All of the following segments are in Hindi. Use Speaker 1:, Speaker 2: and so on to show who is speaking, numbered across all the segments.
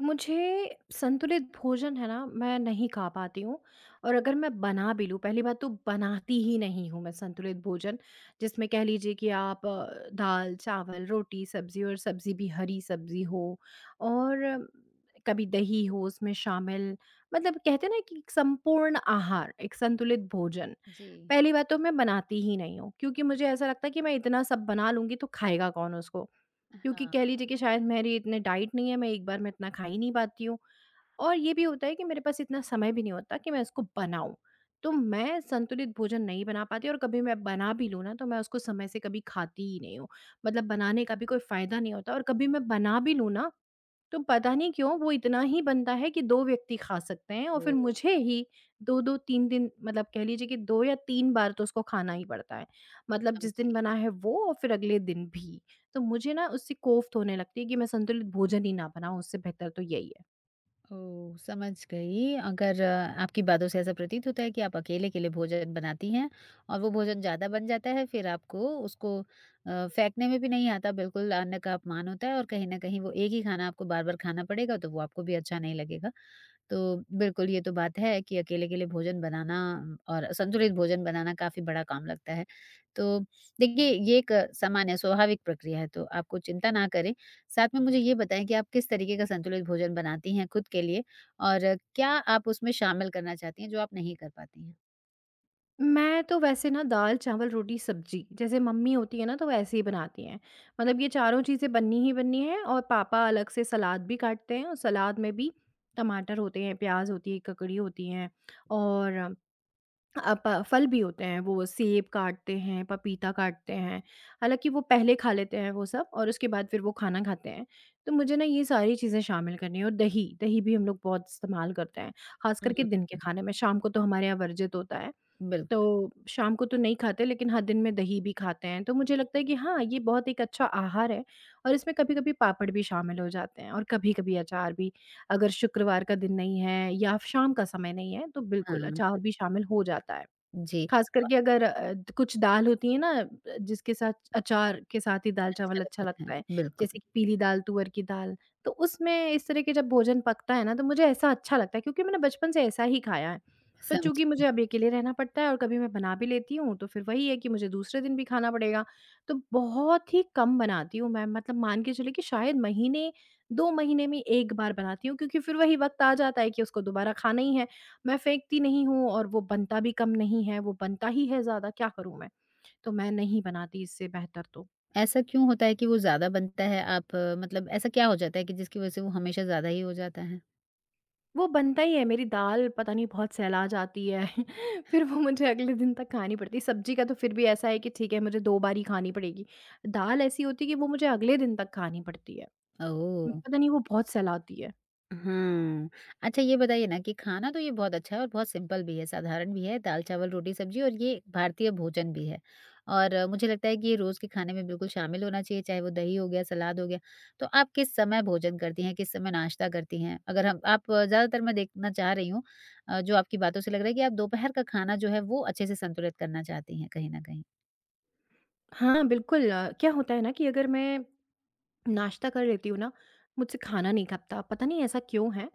Speaker 1: मुझे संतुलित भोजन है ना, मैं नहीं खा पाती हूँ। और अगर मैं बना भी लूँ, पहली बात तो बनाती ही नहीं हूँ मैं संतुलित भोजन, जिसमें कह लीजिए कि आप दाल, चावल, रोटी, सब्ज़ी और सब्ज़ी भी हरी सब्ज़ी हो और कभी दही हो उसमें शामिल, मतलब कहते हैं ना कि एक संपूर्ण आहार, एक संतुलित भोजन।
Speaker 2: जी,
Speaker 1: पहली बात तो मैं बनाती ही नहीं हूँ, क्योंकि मुझे ऐसा लगता है कि मैं इतना सब बना लूँगी तो खाएगा कौन उसको? क्योंकि
Speaker 2: हाँ,
Speaker 1: कह लीजिए कि शायद मेरी इतने डाइट नहीं है, मैं एक बार में इतना खा ही नहीं पाती हूँ। और ये भी होता है कि मेरे पास इतना समय भी नहीं होता कि मैं इसको बनाऊँ। तो मैं संतुलित भोजन नहीं बना पाती और कभी मैं बना भी लूँ ना, तो मैं उसको समय से कभी खाती ही नहीं हूँ। मतलब बनाने का भी कोई फ़ायदा नहीं होता और कभी मैं बना भी लूँ ना, तो पता नहीं क्यों वो इतना ही बनता है कि 2 व्यक्ति खा सकते हैं और फिर
Speaker 2: ओह!
Speaker 1: मुझे ही 2-2 3 दिन मतलब कह लीजिए कि 2 या 3 बार तो उसको खाना ही पड़ता है। मतलब जिस दिन
Speaker 2: समझी।
Speaker 1: बना है वो और फिर अगले दिन भी। तो मुझे ना उससे कोफ्त होने लगती है कि मैं संतुलित भोजन ही ना बनाऊँ, उससे बेहतर तो यही है।
Speaker 2: ओह! समझ गई। अगर आपकी बातों से ऐसा प्रतीत होता है कि आप अकेले-अकेले भोजन बनाती हैं और वो भोजन ज़्यादा बन जाता है, फिर आपको उसको फेंकने में भी नहीं आता, बिल्कुल अन्न का अपमान होता है और कहीं न कहीं वो एक ही खाना आपको बार-बार खाना पड़ेगा, तो वो आपको भी अच्छा नहीं लगेगा। तो बिल्कुल ये तो बात है कि अकेले के लिए भोजन बनाना और संतुलित भोजन बनाना काफ़ी बड़ा काम लगता है। तो देखिए ये एक सामान्य स्वाभाविक प्रक्रिया है तो आपको चिंता ना करें। साथ में मुझे ये बताएँ कि आप किस तरीके का संतुलित भोजन बनाती हैं खुद के लिए और क्या आप उसमें शामिल करना चाहती हैं जो आप नहीं कर पाती हैं?
Speaker 1: मैं तो वैसे ना दाल-चावल, रोटी-सब्जी जैसे मम्मी होती है ना तो वैसे ही बनाती हैं। मतलब ये चारों चीज़ें बननी ही बननी है और पापा अलग से सलाद भी काटते हैं और सलाद में भी टमाटर होते हैं, प्याज़ होती है, ककड़ी होती हैं और अ, प फल भी होते हैं, वो सेब काटते हैं, पपीता काटते हैं, हालाँकि वो पहले खा लेते हैं वो सब और उसके बाद फिर वो खाना खाते हैं। तो मुझे ना ये सारी चीज़ें शामिल करनी है और दही, दही भी हम लोग बहुत इस्तेमाल करते हैं, ख़ास
Speaker 2: हुँ,
Speaker 1: करके दिन के
Speaker 2: हुँ।
Speaker 1: खाने में, शाम को तो हमारे यहाँ वर्जित होता है,
Speaker 2: बिल्क
Speaker 1: तो शाम को तो नहीं खाते लेकिन हाँ, दिन में दही भी खाते हैं। तो मुझे लगता है कि हाँ, ये बहुत एक अच्छा आहार है और इसमें कभी-कभी पापड़ भी शामिल हो जाते हैं और कभी-कभी अचार भी, अगर शुक्रवार का दिन नहीं है या शाम का समय नहीं है, तो बिल्कुल
Speaker 2: हाँ,
Speaker 1: अचार भी शामिल हो जाता है।
Speaker 2: जी,
Speaker 1: खास करके अगर कुछ दाल होती है ना, जिसके साथ अचार के साथ ही दाल-चावल
Speaker 2: अच्छा
Speaker 1: अच्छा
Speaker 2: लगता है।
Speaker 1: लगता है, जैसे
Speaker 2: बिल्कुल,
Speaker 1: कि पीली दाल, तुअर की दाल, तो उसमें इस तरह के जब भोजन पकता है ना तो मुझे ऐसा अच्छा लगता है क्योंकि मैंने बचपन से ऐसा ही खाया है। पर चूँकि मुझे
Speaker 2: समझी।
Speaker 1: अब अकेले रहना पड़ता है और कभी मैं बना भी लेती हूँ, तो फिर वही है कि मुझे दूसरे दिन भी खाना पड़ेगा, तो बहुत ही कम बनाती हूँ मैं मतलब मान के चलिए कि शायद महीने 2 महीने में 1 बार बनाती हूँ क्योंकि फिर वही वक़्त आ जाता है कि उसको दोबारा खाना ही है। मैं फेंकती नहीं हूँ और वो बनता भी कम नहीं है, वो बनता ही है ज़्यादा, क्या करूँ मैं? तो मैं नहीं बनाती इससे बेहतर तो।
Speaker 2: ऐसा क्यों होता है कि वो ज़्यादा बनता है? आप मतलब ऐसा क्या हो जाता है कि जिसकी वजह से वो हमेशा ज़्यादा ही हो जाता है?
Speaker 1: वो बनता ही है, मेरी दाल पता नहीं बहुत सहला जाती है, फिर वो मुझे अगले दिन तक खानी पड़ती है। सब्ज़ी का तो फिर भी ऐसा है कि ठीक है, मुझे 2 बार ही खानी पड़ेगी। दाल ऐसी होती है कि वो मुझे अगले दिन तक खानी पड़ती है।
Speaker 2: ओह!
Speaker 1: पता नहीं वो बहुत सहलाती है।
Speaker 2: हाँ, अच्छा ये बताइए ना कि खाना तो ये बहुत अच्छा है और बहुत सिंपल भी है, साधारण भी है, दाल, चावल, रोटी, सब्जी और ये भारतीय भोजन भी है। और मुझे लगता है कि ये रोज़ के खाने में बिल्कुल शामिल होना चाहिए, चाहे वो दही हो गया, सलाद हो गया। तो आप किस समय भोजन करती हैं, किस समय नाश्ता करती हैं? अगर हम आप ज़्यादातर मैं देखना चाह रही हूँ जो आपकी बातों से लग रहा है कि आप दोपहर का खाना जो है वो अच्छे से संतुलित करना चाहती हैं कहीं न कहीं।
Speaker 1: हाँ, बिल्कुल। क्या होता है ना कि अगर मैं नाश्ता कर लेती हूँ ना, मुझसे खाना नहीं खपता। पता नहीं ऐसा क्यों है?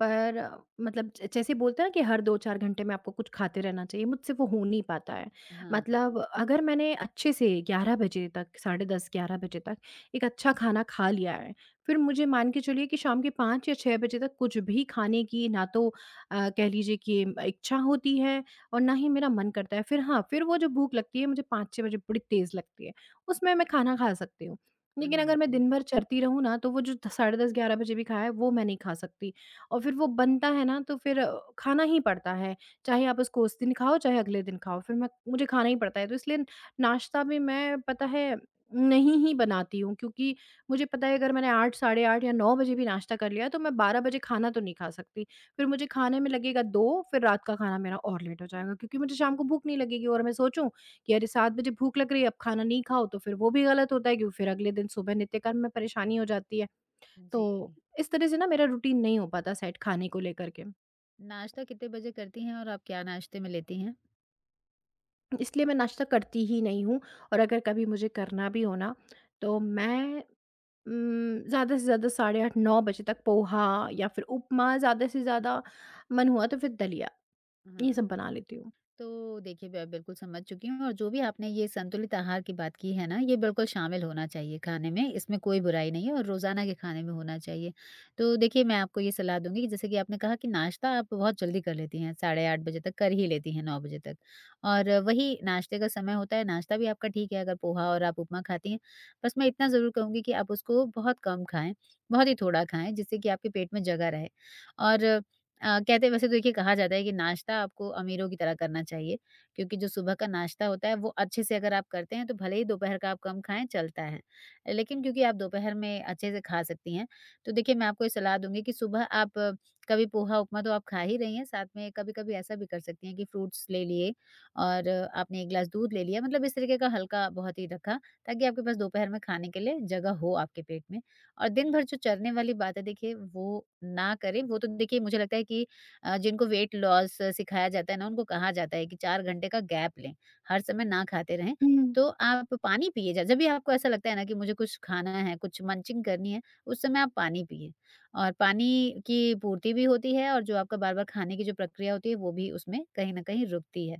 Speaker 1: पर मतलब ज जैसे बोलते हैं ना कि हर 2-4 घंटे में आपको कुछ खाते रहना चाहिए, मुझसे वो हो नहीं पाता है।
Speaker 2: हाँ,
Speaker 1: मतलब अगर मैंने अच्छे से 11 बजे तक, साढ़े 10-11 बजे तक एक अच्छा खाना खा लिया है, फिर मुझे मान के चलिए कि शाम के 5 या 6 बजे तक कुछ भी खाने की ना तो कह लीजिए कि इच्छा होती है और ना ही मेरा मन करता है। फिर हाँ, फिर वो जो भूख लगती है मुझे 5-6 बजे बड़ी तेज़ लगती है, उसमें मैं खाना खा सकती हूँ। लेकिन अगर मैं
Speaker 2: हाँ,
Speaker 1: दिन भर चरती रहूँ ना, तो वो जो द साढ़े 10 11 बजे भी खाया है, वो मैं नहीं खा सकती और फिर वो बनता है ना, तो फिर खाना ही पड़ता है। चाहे आप उसको उस दिन खाओ, चाहे अगले दिन खाओ, फिर मैं मुझे खाना ही पड़ता है। तो इसलिए नाश्ता भी मैं पता है नहीं ही बनाती हूँ क्योंकि मुझे पता है अगर मैंने 8 साढ़े 8 या 9 बजे भी नाश्ता कर लिया, तो मैं 12 बजे खाना तो नहीं खा सकती। फिर मुझे खाने में लगेगा 2, फिर रात का खाना मेरा और लेट हो जाएगा क्योंकि मुझे शाम को भूख नहीं लगेगी और मैं सोचूँ कि अरे 7 बजे भूख लग रही है, अब खाना नहीं खाओ तो फिर वो भी गलत होता है क्योंकि फिर अगले दिन सुबह नित्य कर्म में परेशानी हो जाती है।
Speaker 2: जी।
Speaker 1: तो इस तरह से ना मेरा रूटीन नहीं हो पाता सेट खाने को लेकर के।
Speaker 2: नाश्ता कितने बजे करती हैं और आप क्या नाश्ते में लेती हैं?
Speaker 1: इसलिए मैं नाश्ता करती ही नहीं हूँ और अगर कभी मुझे करना भी हो ना तो मैं ज़्यादा से ज़्यादा साढ़े 8 9 बजे तक पोहा या फिर उपमा ज़्यादा से ज़्यादा मन हुआ तो फिर दलिया, ये
Speaker 2: हाँ।
Speaker 1: सब बना लेती हूँ।
Speaker 2: तो देखिए मैं बिल्कुल समझ चुकी हूँ और जो भी आपने ये संतुलित आहार की बात की है ना ये बिल्कुल शामिल होना चाहिए खाने में इसमें कोई बुराई नहीं है और रोजाना के खाने में होना चाहिए। तो देखिए मैं आपको ये सलाह दूंगी कि जैसे कि आपने कहा कि नाश्ता आप बहुत जल्दी कर लेती हैं, 8:30 बजे तक कर ही लेती हैं, 9 बजे तक। और वही नाश्ते का समय होता है, नाश्ता भी आपका ठीक है अगर पोहा और आप उपमा खाती हैं। बस मैं इतना जरूर कहूंगी कि आप उसको बहुत कम खाएं, बहुत ही थोड़ा खाएं जिससे कि आपके पेट में जगह रहे और कहते हैं, वैसे तो देखिए कहा जाता है कि नाश्ता आपको अमीरों की तरह करना चाहिए, क्योंकि जो सुबह का नाश्ता होता है वो अच्छे से अगर आप करते हैं तो भले ही दोपहर का आप कम खाएं चलता है। लेकिन क्योंकि आप दोपहर में अच्छे से खा सकती हैं, तो देखिए मैं आपको ये सलाह दूंगी कि सुबह आप कभी पोहा उपमा तो आप खा ही रही हैं, साथ में कभी कभी ऐसा भी कर सकती हैं कि फ्रूट्स ले लिए और आपने एक गिलास दूध ले लिया, मतलब इस तरीके का हल्का बहुत ही रखा ताकि आपके पास दोपहर में खाने के लिए जगह हो आपके पेट में। और दिन भर जो चलने वाली बात है देखिए वो ना करें। वो तो देखिए मुझे लगता है कि जिनको वेट लॉस सिखाया जाता है ना उनको कहा जाता है कि 4 घंटे का गैप लें, हर समय ना खाते रहें।
Speaker 1: हुँ।
Speaker 2: तो आप पानी पिए, ज जब भी आपको ऐसा लगता है ना कि मुझे कुछ खाना है, कुछ मंचिंग करनी है, उस समय आप पानी पिए। और पानी की पूर्ति भी होती है और जो आपका बार-बार खाने की जो प्रक्रिया होती है वो भी उसमें कहीं न कहीं रुकती है।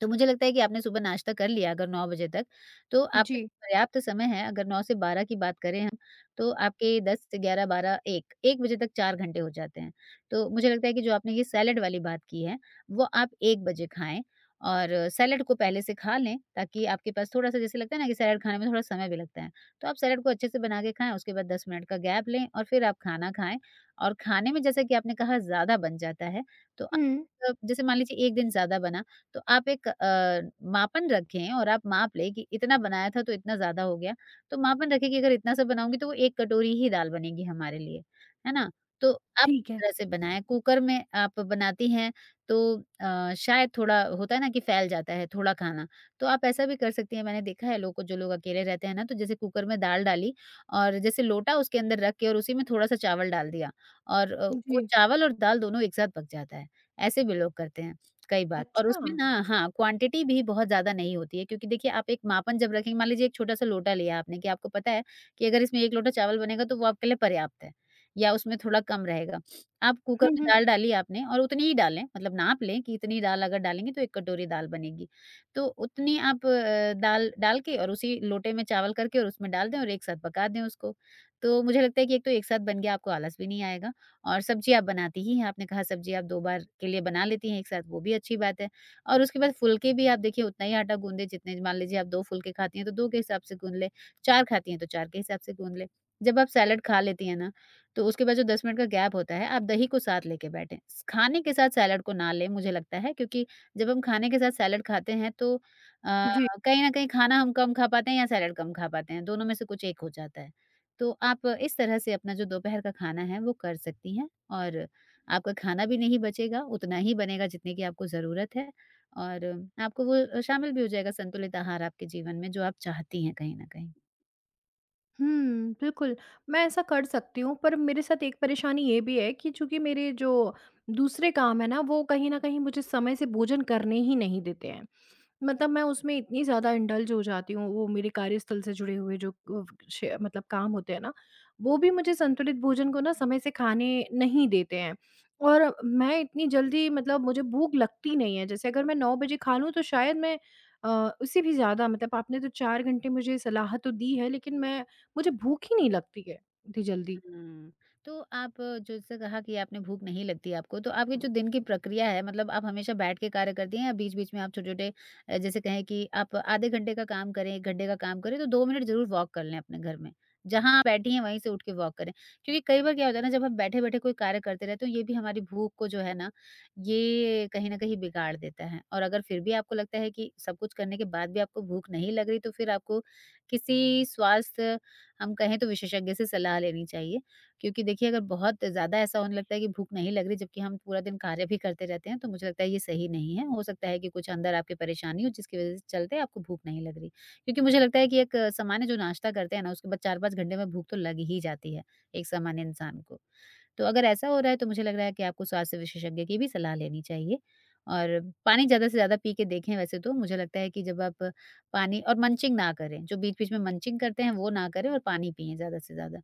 Speaker 2: तो मुझे लगता है कि आपने सुबह नाश्ता कर लिया अगर 9 बजे तक, तो आपके
Speaker 1: जी।
Speaker 2: पास पर्याप्त समय है। अगर 9 से 12 की बात करें हम, तो आपके 10 से 11, 12, 1, 1 बजे तक 4 घंटे हो जाते हैं। तो मुझे लगता है कि जो आपने ये सैलेड वाली बात की है, वो आप 1 बजे खाएँ और सैलेड को पहले से खा लें, ताकि आपके पास थोड़ा-सा, जैसे लगता है ना कि सैलेड खाने में थोड़ा समय भी लगता है, तो आप सैलेड को अच्छे से बना के खाएँ, उसके बाद 10 मिनट का गैप लें और फिर आप खाना खाएँ। और खाने में जैसा कि आपने कहा ज़्यादा बन जाता है, तो आप,
Speaker 1: हुँ,
Speaker 2: जैसे मान लीजिए 1 दिन ज़्यादा बना, तो आप एक मापन रखें और आप माप लें कि इतना बनाया था तो इतना ज़्यादा हो गया। तो मापन रखें कि अगर इतना सा बनाऊँगी तो वो 1 कटोरी ही दाल बनेगी हमारे लिए, है ना? तो आप
Speaker 1: ठीक है।
Speaker 2: इस तरह से बनाएँ। कुकर में आप बनाती हैं, तो शायद थोड़ा होता है ना कि फैल जाता है थोड़ा खाना, तो आप ऐसा भी कर सकती हैं। मैंने देखा है लोगों को, जो लोग अकेले रहते हैं ना, तो जैसे कुकर में दाल डाली और जैसे लोटा उसके अंदर रख के और उसी में थोड़ा-सा चावल डाल दिया और वो
Speaker 1: जी।
Speaker 2: चावल और दाल दोनों एक साथ पक जाता है। ऐसे भी लोग करते हैं कई बार। और
Speaker 1: अच्छा।
Speaker 2: उसमें ना हाँ, क्वांटिटी भी बहुत ज़्यादा नहीं होती है, क्योंकि देखिए आप एक मापन जब रखेंगे, मान लीजिए एक छोटा-सा लोटा लिया आपने कि आपको पता है कि अगर इसमें 1 लोटा चावल बनेगा तो वो आपके लिए पर्याप्त है या उसमें थोड़ा कम रहेगा। आप कुकर
Speaker 1: हुँ,
Speaker 2: में
Speaker 1: हुँ।
Speaker 2: दाल डाली आपने और उतनी ही डालें, मतलब नाप लें कि इतनी दाल अगर डालेंगे तो 1 कटोरी दाल बनेगी। तो उतनी आप दाल डाल के और उसी लोटे में चावल करके और उसमें डाल दें और एक साथ पका दें उसको। तो मुझे लगता है कि एक तो एक साथ बन गया, आपको आलस भी नहीं आएगा। और सब्ज़ी आप बनाती ही हैं, आपने कहा सब्ज़ी आप 2 बार के लिए बना लेती हैं एक साथ, वो भी अच्छी बात है। और उसके बाद फुल्के भी आप देखिए उतना ही आटा गूँधे, जितने मान लीजिए आप 2 फुल्के खाती हैं तो 2 के हिसाब से गूँध लें, 4 खाती हैं तो 4 के हिसाब से गूँध लें। जब आप सैलेड खा लेती हैं ना, तो उसके बाद जो 10 मिनट का गैप होता है, आप दही को साथ लेके बैठें। स खाने के साथ सैलेड को ना लें, मुझे लगता है, क्योंकि जब हम खाने के साथ सैलेड खाते हैं तो
Speaker 1: जी।
Speaker 2: कहीं न कहीं खाना हम कम खा पाते हैं या सैलेड कम खा पाते हैं, दोनों में से कुछ एक हो जाता है। तो आप इस तरह से अपना जो दोपहर का खाना है वो कर सकती हैं और आपका खाना भी नहीं बचेगा, उतना ही बनेगा जितने की आपको ज़रूरत है और आपको वो शामिल भी हो जाएगा, संतुलित आहार आपके जीवन में, जो आप चाहती हैं कहीं न कहीं।
Speaker 1: हुँ, बिल्कुल, मैं ऐसा कर सकती हूँ, पर मेरे साथ एक परेशानी ये भी है कि चूँकि मेरे जो दूसरे काम हैं ना, वो कहीं न कहीं मुझे समय से भोजन करने ही नहीं देते हैं। मतलब मैं उसमें इतनी ज़्यादा इंडल्ज हो जाती हूँ, वो मेरे कार्यस्थल से जुड़े हुए जो अ, श मतलब काम होते हैं ना, वो भी मुझे संतुलित भोजन को ना समय से खाने नहीं देते हैं। और मैं इतनी जल्दी मतलब मुझे भूख लगती नहीं है, जैसे अगर मैं 9 बजे खा लूँ तो शायद मैं उससे भी ज़्यादा मतलब आपने तो 4 घंटे मुझे सलाह तो दी है, लेकिन मैं मुझे भूख ही नहीं लगती है इतनी जल्दी।
Speaker 2: हुँ। तो आप जो जैसे कहा कि आपने भूख नहीं लगती आपको, तो आपकी जो दिन की प्रक्रिया है, मतलब आप हमेशा बैठ के कार्य करती हैं या बीच-बीच में आप छोटे-छोटे, जैसे कहें कि आप आधे घंटे का काम करें, 1 घंटे का काम करें तो 2 मिनट ज़रूर वॉक कर लें अपने घर में। जहाँ आप बैठी हैं वहीं से उठ के वॉक करें। क्योंकि कई बार क्या होता है ना, जब हम बैठे-बैठे कोई कार्य करते रहते हैं, तो ये भी हमारी भूख को जो है ना, ये कहीं न कहीं बिगाड़ देता है। और अगर फिर भी आपको लगता है कि सब कुछ करने के बाद भी आपको भूख नहीं लग रही, तो फिर आपको किसी स्वास्थ्य, हम कहें तो विशेषज्ञ से सलाह लेनी चाहिए। क्योंकि देखिए अगर बहुत ज़्यादा ऐसा होने लगता है कि भूख नहीं लग रही, जबकि हम पूरा दिन कार्य भी करते रहते हैं, तो मुझे लगता है ये सही नहीं है। हो सकता है कि कुछ अंदर आपकी परेशानी हो जिसकी वजह से चलते आपको भूख नहीं लग रही, क्योंकि मुझे लगता है कि एक सामान्य जो नाश्ता करते हैं ना, उसके बाद 4-5 घंटे में भूख तो लग ही जाती है एक सामान्य इंसान को। तो अगर ऐसा हो रहा है तो मुझे लग रहा है कि आपको स्वास्थ्य विशेषज्ञ की भी सलाह लेनी चाहिए और पानी ज़्यादा से ज़्यादा पी के देखें। वैसे तो मुझे लगता है कि जब आप, पानी और मंचिंग ना करें, जो बीच-बीच में मंचिंग करते हैं वो ना करें और पानी पिएँ ज़्यादा से ज़्यादा।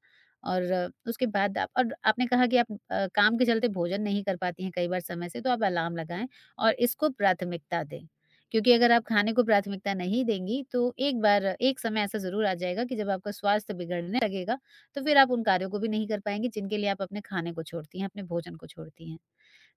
Speaker 2: और उसके बाद आप, और आपने कहा कि आप काम के चलते भोजन नहीं कर पाती हैं कई बार समय से, तो आप अलार्म लगाएँ और इसको प्राथमिकता दें। क्योंकि अगर आप खाने को प्राथमिकता नहीं देंगी, तो एक बार एक समय ऐसा ज़रूर आ जाएगा कि जब आपका स्वास्थ्य बिगड़ने लगेगा, तो फिर आप उन कार्यों को भी नहीं कर पाएँगी जिनके लिए आप अपने खाने को छोड़ती हैं, अपने भोजन को छोड़ती हैं।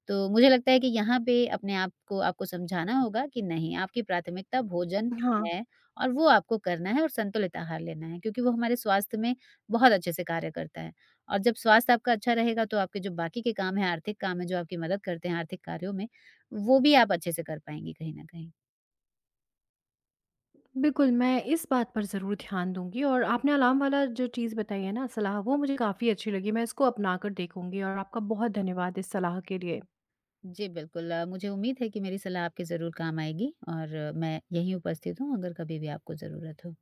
Speaker 2: तो मुझे लगता है कि यहाँ पे अपने आप को आपको समझाना होगा कि नहीं, आपकी प्राथमिकता भोजन
Speaker 1: हाँ।
Speaker 2: है और वो आपको करना है और संतुलित आहार लेना है, क्योंकि वो हमारे स्वास्थ्य में बहुत अच्छे से कार्य करता है। और जब स्वास्थ्य आपका अच्छा रहेगा, तो आपके जो बाकी के काम हैं, आर्थिक काम हैं जो आपकी मदद करते हैं आर्थिक कार्यों में, वो भी आप अच्छे से कर पाएँगी कहीं न कहीं।
Speaker 1: बिल्कुल, मैं इस बात पर ज़रूर ध्यान दूँगी और आपने अलार्म वाला जो चीज़ बताई है ना सलाह वो मुझे काफ़ी अच्छी लगी। मैं इसको अपना कर देखूँगी और आपका बहुत धन्यवाद इस सलाह के लिए।
Speaker 2: जी, बिल्कुल मुझे उम्मीद है कि मेरी सलाह आपके ज़रूर काम आएगी और मैं यहीं उपस्थित हूँ अगर कभी भी आपको ज़रूरत हो।